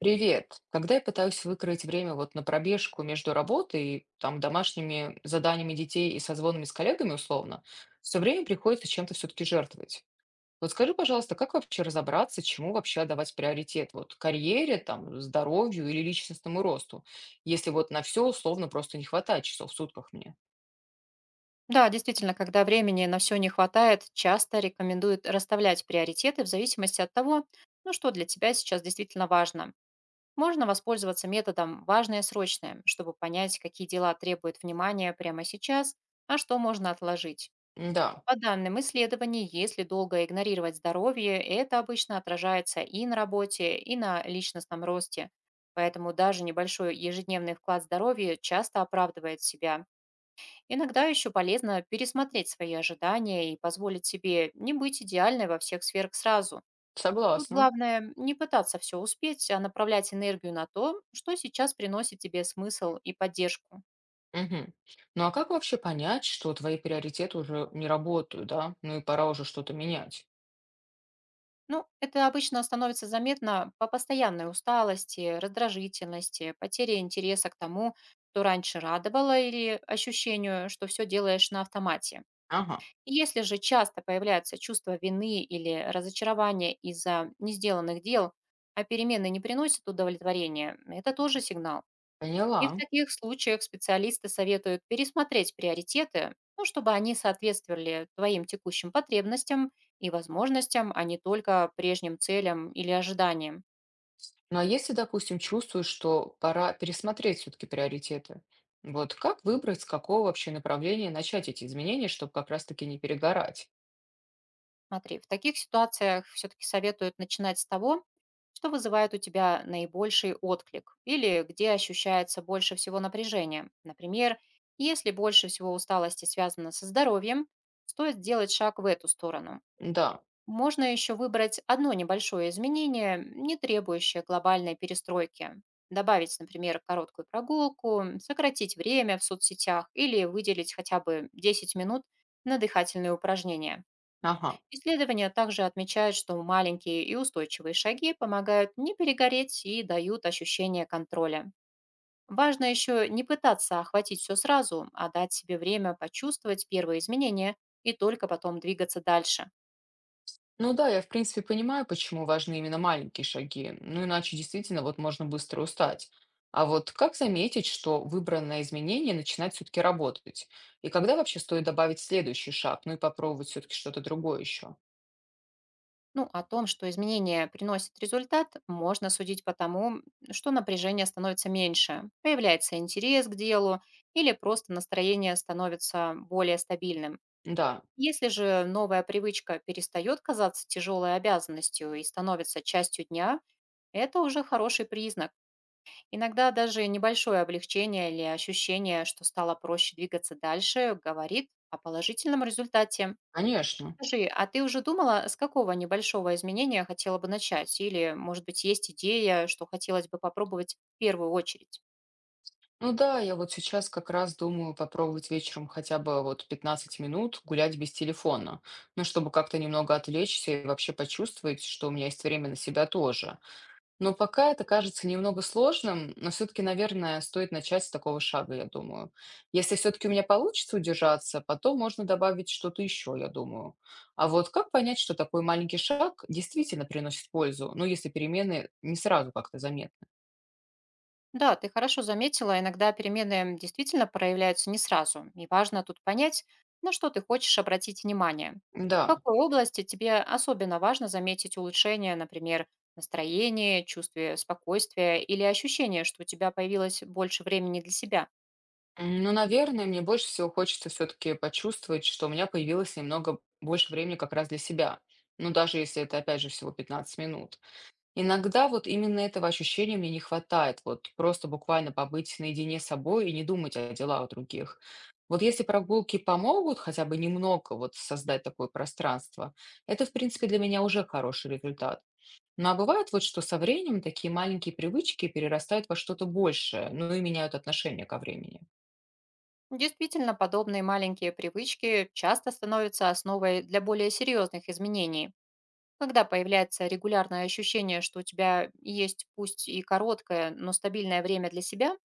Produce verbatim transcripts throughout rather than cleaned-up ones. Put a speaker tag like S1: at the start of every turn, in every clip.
S1: Привет. Когда я пытаюсь выкроить время вот на пробежку между работой и там домашними заданиями детей и созвонами с коллегами условно, все время приходится чем-то все-таки жертвовать. Вот скажи, пожалуйста, как вообще разобраться, чему вообще давать приоритет? Вот карьере, там, здоровью или личностному росту? Если вот на все условно просто не хватает часов в сутках мне.
S2: Да, действительно, когда времени на все не хватает, часто рекомендуют расставлять приоритеты в зависимости от того, ну что для тебя сейчас действительно важно. Можно воспользоваться методом «важное срочное», чтобы понять, какие дела требуют внимания прямо сейчас, а что можно отложить.
S1: Да,
S2: По данным исследований, если долго игнорировать здоровье, это обычно отражается и на работе, и на личностном росте. Поэтому даже небольшой ежедневный вклад здоровья часто оправдывает себя. Иногда еще полезно пересмотреть свои ожидания и позволить себе не быть идеальной во всех сферах сразу. Тут
S1: согласна.
S2: главное не пытаться все успеть, а направлять энергию на то, что сейчас приносит тебе смысл и поддержку.
S1: Мгм. Ну а как вообще понять, что твои приоритеты уже не работают, да? Ну и пора уже что-то менять.
S2: Ну, это обычно становится заметно по постоянной усталости, раздражительности, потере интереса к тому, что раньше радовало или ощущению, что все делаешь на автомате.
S1: Ага,
S2: Если же часто появляется чувство вины или разочарования из-за несделанных дел, а перемены не приносят удовлетворения, это тоже сигнал. И в
S1: поняла.
S2: таких случаях специалисты советуют пересмотреть приоритеты, ну, чтобы они соответствовали твоим текущим потребностям и возможностям, а не только прежним целям или ожиданиям.
S1: Ну а если, допустим, чувствуешь, что пора пересмотреть все-таки приоритеты, вот как выбрать, с какого вообще направления начать эти изменения, чтобы как раз-таки не перегорать?
S2: Смотри, в таких ситуациях все-таки советуют начинать с того, что вызывает у тебя наибольший отклик или где ощущается больше всего напряжение. Например, если больше всего усталости связано со здоровьем, стоит сделать шаг в эту сторону.
S1: Да,
S2: Можно еще выбрать одно небольшое изменение, не требующее глобальной перестройки. Добавить, например, короткую прогулку, сократить время в соцсетях или выделить хотя бы десять минут на дыхательные упражнения.
S1: ага.
S2: Исследования также отмечают, что маленькие и устойчивые шаги помогают не перегореть и дают ощущение контроля. Важно еще не пытаться охватить все сразу, а дать себе время почувствовать первые изменения и только потом двигаться дальше.
S1: Ну да, я в принципе понимаю, почему важны именно маленькие шаги, ну иначе действительно вот можно быстро устать. А вот как заметить, что выбранное изменение начинает все-таки работать? И когда вообще стоит добавить следующий шаг, ну и попробовать все-таки что-то другое еще?
S2: Ну, о том, что изменения приносят результат, можно судить по тому, что напряжение становится меньше, появляется интерес к делу или просто настроение становится более стабильным.
S1: Да,
S2: Если же новая привычка перестает казаться тяжелой обязанностью и становится частью дня, это уже хороший признак. Иногда даже небольшое облегчение или ощущение, что стало проще двигаться дальше, говорит о положительном результате.
S1: конечно.
S2: Скажи, а ты уже думала, с какого небольшого изменения хотела бы начать? Или, может быть, есть идея, что хотелось бы попробовать в первую очередь?
S1: Ну да, я вот сейчас как раз думаю попробовать вечером хотя бы вот пятнадцать минут гулять без телефона, ну, чтобы как-то немного отвлечься и вообще почувствовать, что у меня есть время на себя тоже. Но пока это кажется немного сложным, но все-таки, наверное, стоит начать с такого шага, я думаю. Если все-таки у меня получится удержаться, потом можно добавить что-то еще, я думаю. А вот как понять, что такой маленький шаг действительно приносит пользу, ну, если перемены не сразу как-то заметны?
S2: Да, ты хорошо заметила, иногда перемены действительно проявляются не сразу, и важно тут понять, на что ты хочешь обратить внимание. В
S1: Да.
S2: какой области тебе особенно важно заметить улучшение, например, настроение, чувстве спокойствия или ощущение, что у тебя появилось больше времени для себя.
S1: М, ну, наверное, мне больше всего хочется все-таки почувствовать, что у меня появилось немного больше времени как раз для себя. Ну, даже если это, опять же, всего пятнадцать минут. Иногда вот именно этого ощущения мне не хватает. Вот просто буквально побыть наедине с собой и не думать о делах других. Вот если прогулки помогут хотя бы немного вот создать такое пространство, это, в принципе, для меня уже хороший результат. Ну, а бывает вот, что со временем такие маленькие привычки перерастают во что-то большее, ну и меняют отношение ко времени.
S2: Действительно, подобные маленькие привычки часто становятся основой для более серьезных изменений. Когда появляется регулярное ощущение, что у тебя есть пусть и короткое, но стабильное время для себя,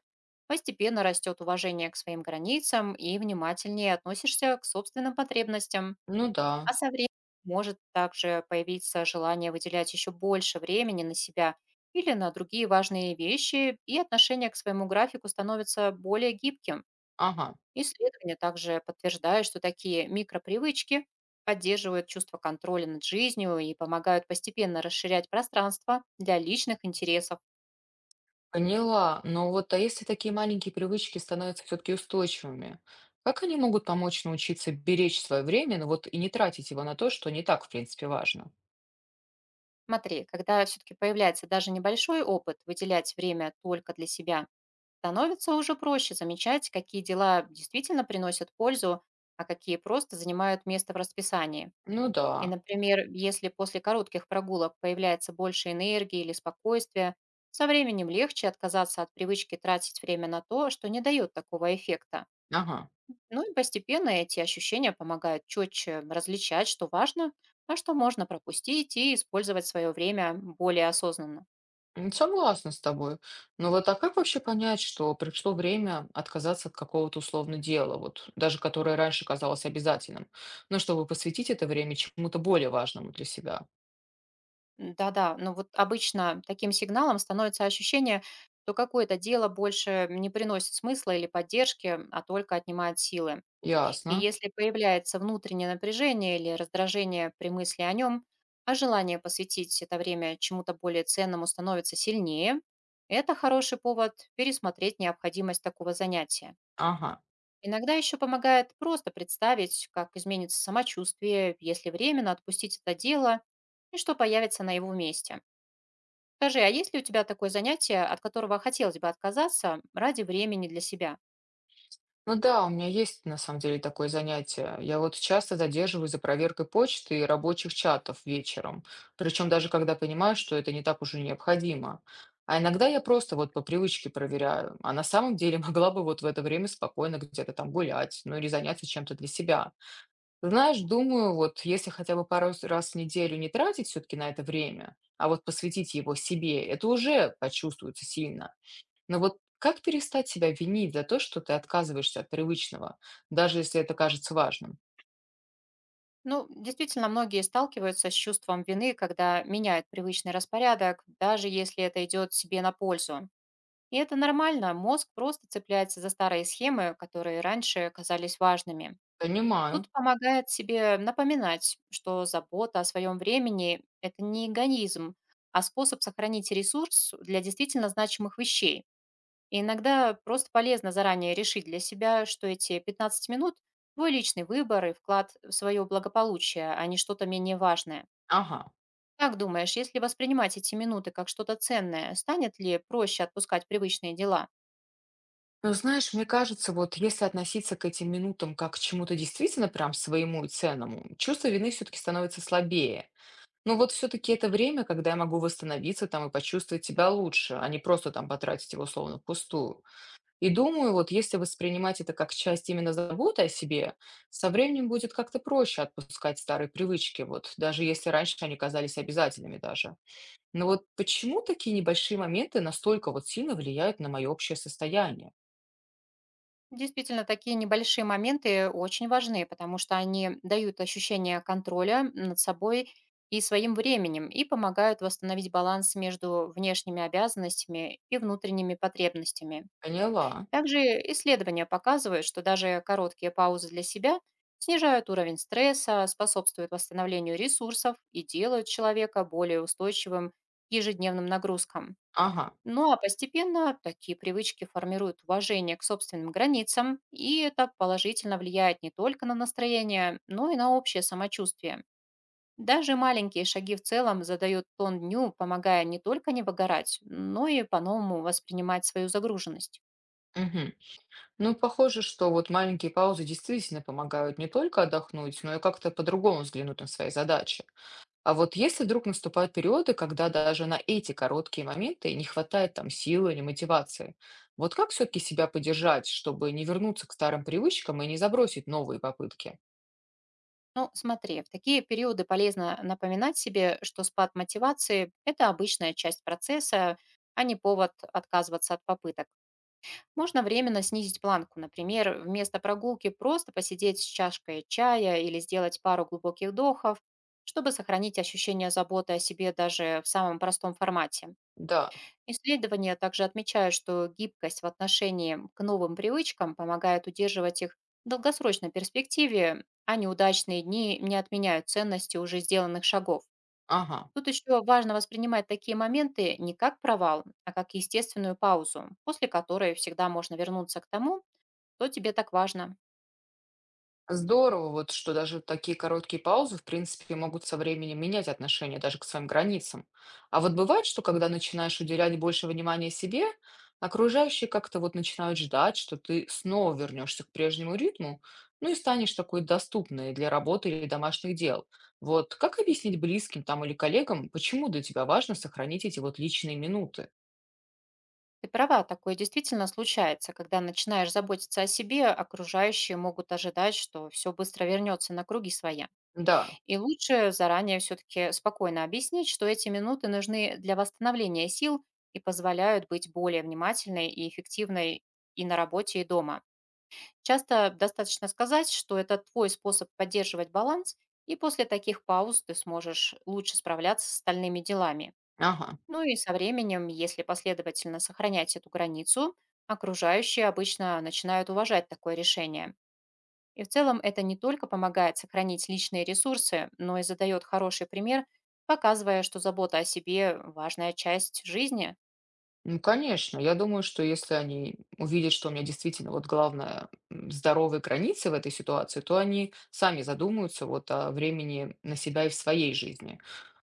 S2: постепенно растет уважение к своим границам и внимательнее относишься к собственным потребностям.
S1: Ну да,
S2: А со временем может также появиться желание выделять еще больше времени на себя или на другие важные вещи, и отношение к своему графику становится более гибким.
S1: ага,
S2: Исследования также подтверждают, что такие микропривычки поддерживают чувство контроля над жизнью и помогают постепенно расширять пространство для личных интересов.
S1: поняла. Но вот а если такие маленькие привычки становятся все-таки устойчивыми, как они могут помочь научиться беречь свое время, ну вот и не тратить его на то, что не так, в принципе, важно?
S2: Смотри, когда все-таки появляется даже небольшой опыт, выделять время только для себя, становится уже проще замечать, какие дела действительно приносят пользу, а какие просто занимают место в расписании.
S1: Ну
S2: И,
S1: да,
S2: например, если после коротких прогулок появляется больше энергии или спокойствия, со временем легче отказаться от привычки тратить время на то, что не дает такого эффекта.
S1: ага.
S2: Ну и постепенно эти ощущения помогают четче различать, что важно, а что можно пропустить и использовать свое время более осознанно.
S1: М, согласна с тобой. Но вот а как вообще понять, что пришло время отказаться от какого-то условно дела, вот даже которое раньше казалось обязательным, но чтобы посвятить это время чему-то более важному для себя?
S2: Да-да, ну вот обычно таким сигналом становится ощущение, что какое-то дело больше не приносит смысла или поддержки, а только отнимает силы. И
S1: Ясно.
S2: если появляется внутреннее напряжение или раздражение при мысли о нем, а желание посвятить это время чему-то более ценному становится сильнее, это хороший повод пересмотреть необходимость такого занятия.
S1: Ага.
S2: Иногда еще помогает просто представить, как изменится самочувствие, если временно отпустить это дело и что появится на его месте. Скажи, а есть ли у тебя такое занятие, от которого хотелось бы отказаться ради времени для себя?
S1: Ну да, у меня есть на самом деле такое занятие. Я вот часто задерживаюсь за проверкой почты и рабочих чатов вечером, причем даже когда понимаю, что это не так уже необходимо. А иногда я просто вот по привычке проверяю, а на самом деле могла бы вот в это время спокойно где-то там гулять, ну или заняться чем-то для себя. Знаешь, думаю, вот если хотя бы пару с- раз в неделю не тратить все-таки на это время, а вот посвятить его себе, это уже почувствуется сильно. Но вот как перестать себя винить за то, что ты отказываешься от привычного, даже если это кажется важным?
S2: Ну, действительно, многие сталкиваются с чувством вины, когда меняют привычный распорядок, даже если это идет себе на пользу. И это нормально, мозг просто цепляется за старые схемы, которые раньше казались важными.
S1: Понимаю.
S2: Тут помогает себе напоминать, что забота о своем времени– это не эгоизм, а способ сохранить ресурс для действительно значимых вещей. И иногда просто полезно заранее решить для себя, что эти пятнадцать минут– твой личный выбор и вклад в свое благополучие, а не что-то менее важное.
S1: Ага.
S2: Как думаешь, если воспринимать эти минуты как что-то ценное, станет ли проще отпускать привычные дела?
S1: Ну, знаешь, мне кажется, вот если относиться к этим минутам как к чему-то действительно прям своему и ценному, чувство вины все-таки становится слабее. Но вот все-таки это время, когда я могу восстановиться там и почувствовать себя лучше, а не просто там потратить его словно впустую. И думаю, вот если воспринимать это как часть именно заботы о себе, со временем будет как-то проще отпускать старые привычки, вот даже если раньше они казались обязательными даже. Но вот почему такие небольшие моменты настолько вот сильно влияют на мое общее состояние?
S2: Действительно, такие небольшие моменты очень важны, потому что они дают ощущение контроля над собой и своим временем и помогают восстановить баланс между внешними обязанностями и внутренними потребностями.
S1: Поняла.
S2: Также исследования показывают, что даже короткие паузы для себя снижают уровень стресса, способствуют восстановлению ресурсов и делают человека более устойчивым к ежедневным нагрузкам.
S1: Ага.
S2: Ну а постепенно такие привычки формируют уважение к собственным границам, и это положительно влияет не только на настроение, но и на общее самочувствие. Даже маленькие шаги в целом задают тон дню, помогая не только не выгорать, но и по-новому воспринимать свою загруженность.
S1: Мгм. Ну, похоже, что вот маленькие паузы действительно помогают не только отдохнуть, но и как-то по-другому взглянуть на свои задачи. А вот если вдруг наступают периоды, когда даже на эти короткие моменты не хватает там силы или мотивации, вот как все-таки себя поддержать, чтобы не вернуться к старым привычкам и не забросить новые попытки?
S2: Ну, смотри, в такие периоды полезно напоминать себе, что спад мотивации– это обычная часть процесса, а не повод отказываться от попыток. Можно временно снизить планку, например, вместо прогулки просто посидеть с чашкой чая или сделать пару глубоких вдохов, чтобы сохранить ощущение заботы о себе даже в самом простом формате.
S1: Да,
S2: Исследования также отмечают, что гибкость в отношении к новым привычкам помогает удерживать их в долгосрочной перспективе, а неудачные дни не отменяют ценности уже сделанных шагов.
S1: ага.
S2: Тут еще важно воспринимать такие моменты не как провал, а как естественную паузу, после которой всегда можно вернуться к тому, что тебе так важно.
S1: Здорово, вот что даже такие короткие паузы, в принципе, могут со временем менять отношение даже к своим границам. А вот бывает, что когда начинаешь уделять больше внимания себе, окружающие как-то вот начинают ждать, что ты снова вернешься к прежнему ритму, ну и станешь такой доступной для работы или домашних дел. Вот как объяснить близким там или коллегам, почему для тебя важно сохранить эти вот личные минуты?
S2: Ты права, такое действительно случается, когда начинаешь заботиться о себе, окружающие могут ожидать, что все быстро вернется на круги своя.
S1: Да,
S2: И лучше заранее все-таки спокойно объяснить, что эти минуты нужны для восстановления сил и позволяют быть более внимательной и эффективной и на работе, и дома. Часто достаточно сказать, что это твой способ поддерживать баланс, и после таких пауз ты сможешь лучше справляться с остальными делами.
S1: ага.
S2: Ну и со временем, если последовательно сохранять эту границу, окружающие обычно начинают уважать такое решение. И в целом это не только помогает сохранить личные ресурсы, но и задает хороший пример, показывая, что забота о себе– важная часть жизни.
S1: Ну, конечно, я думаю, что если они увидят, что у меня действительно вот главное м, здоровые границы в этой ситуации, то они сами задумаются вот о времени на себя и в своей жизни.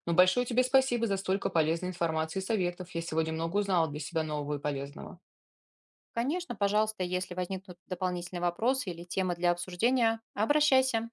S1: Но большое тебе спасибо за столько полезной информации и советов. Я сегодня много узнала для себя нового и полезного.
S2: Конечно, пожалуйста, если возникнут дополнительные вопросы или темы для обсуждения, обращайся.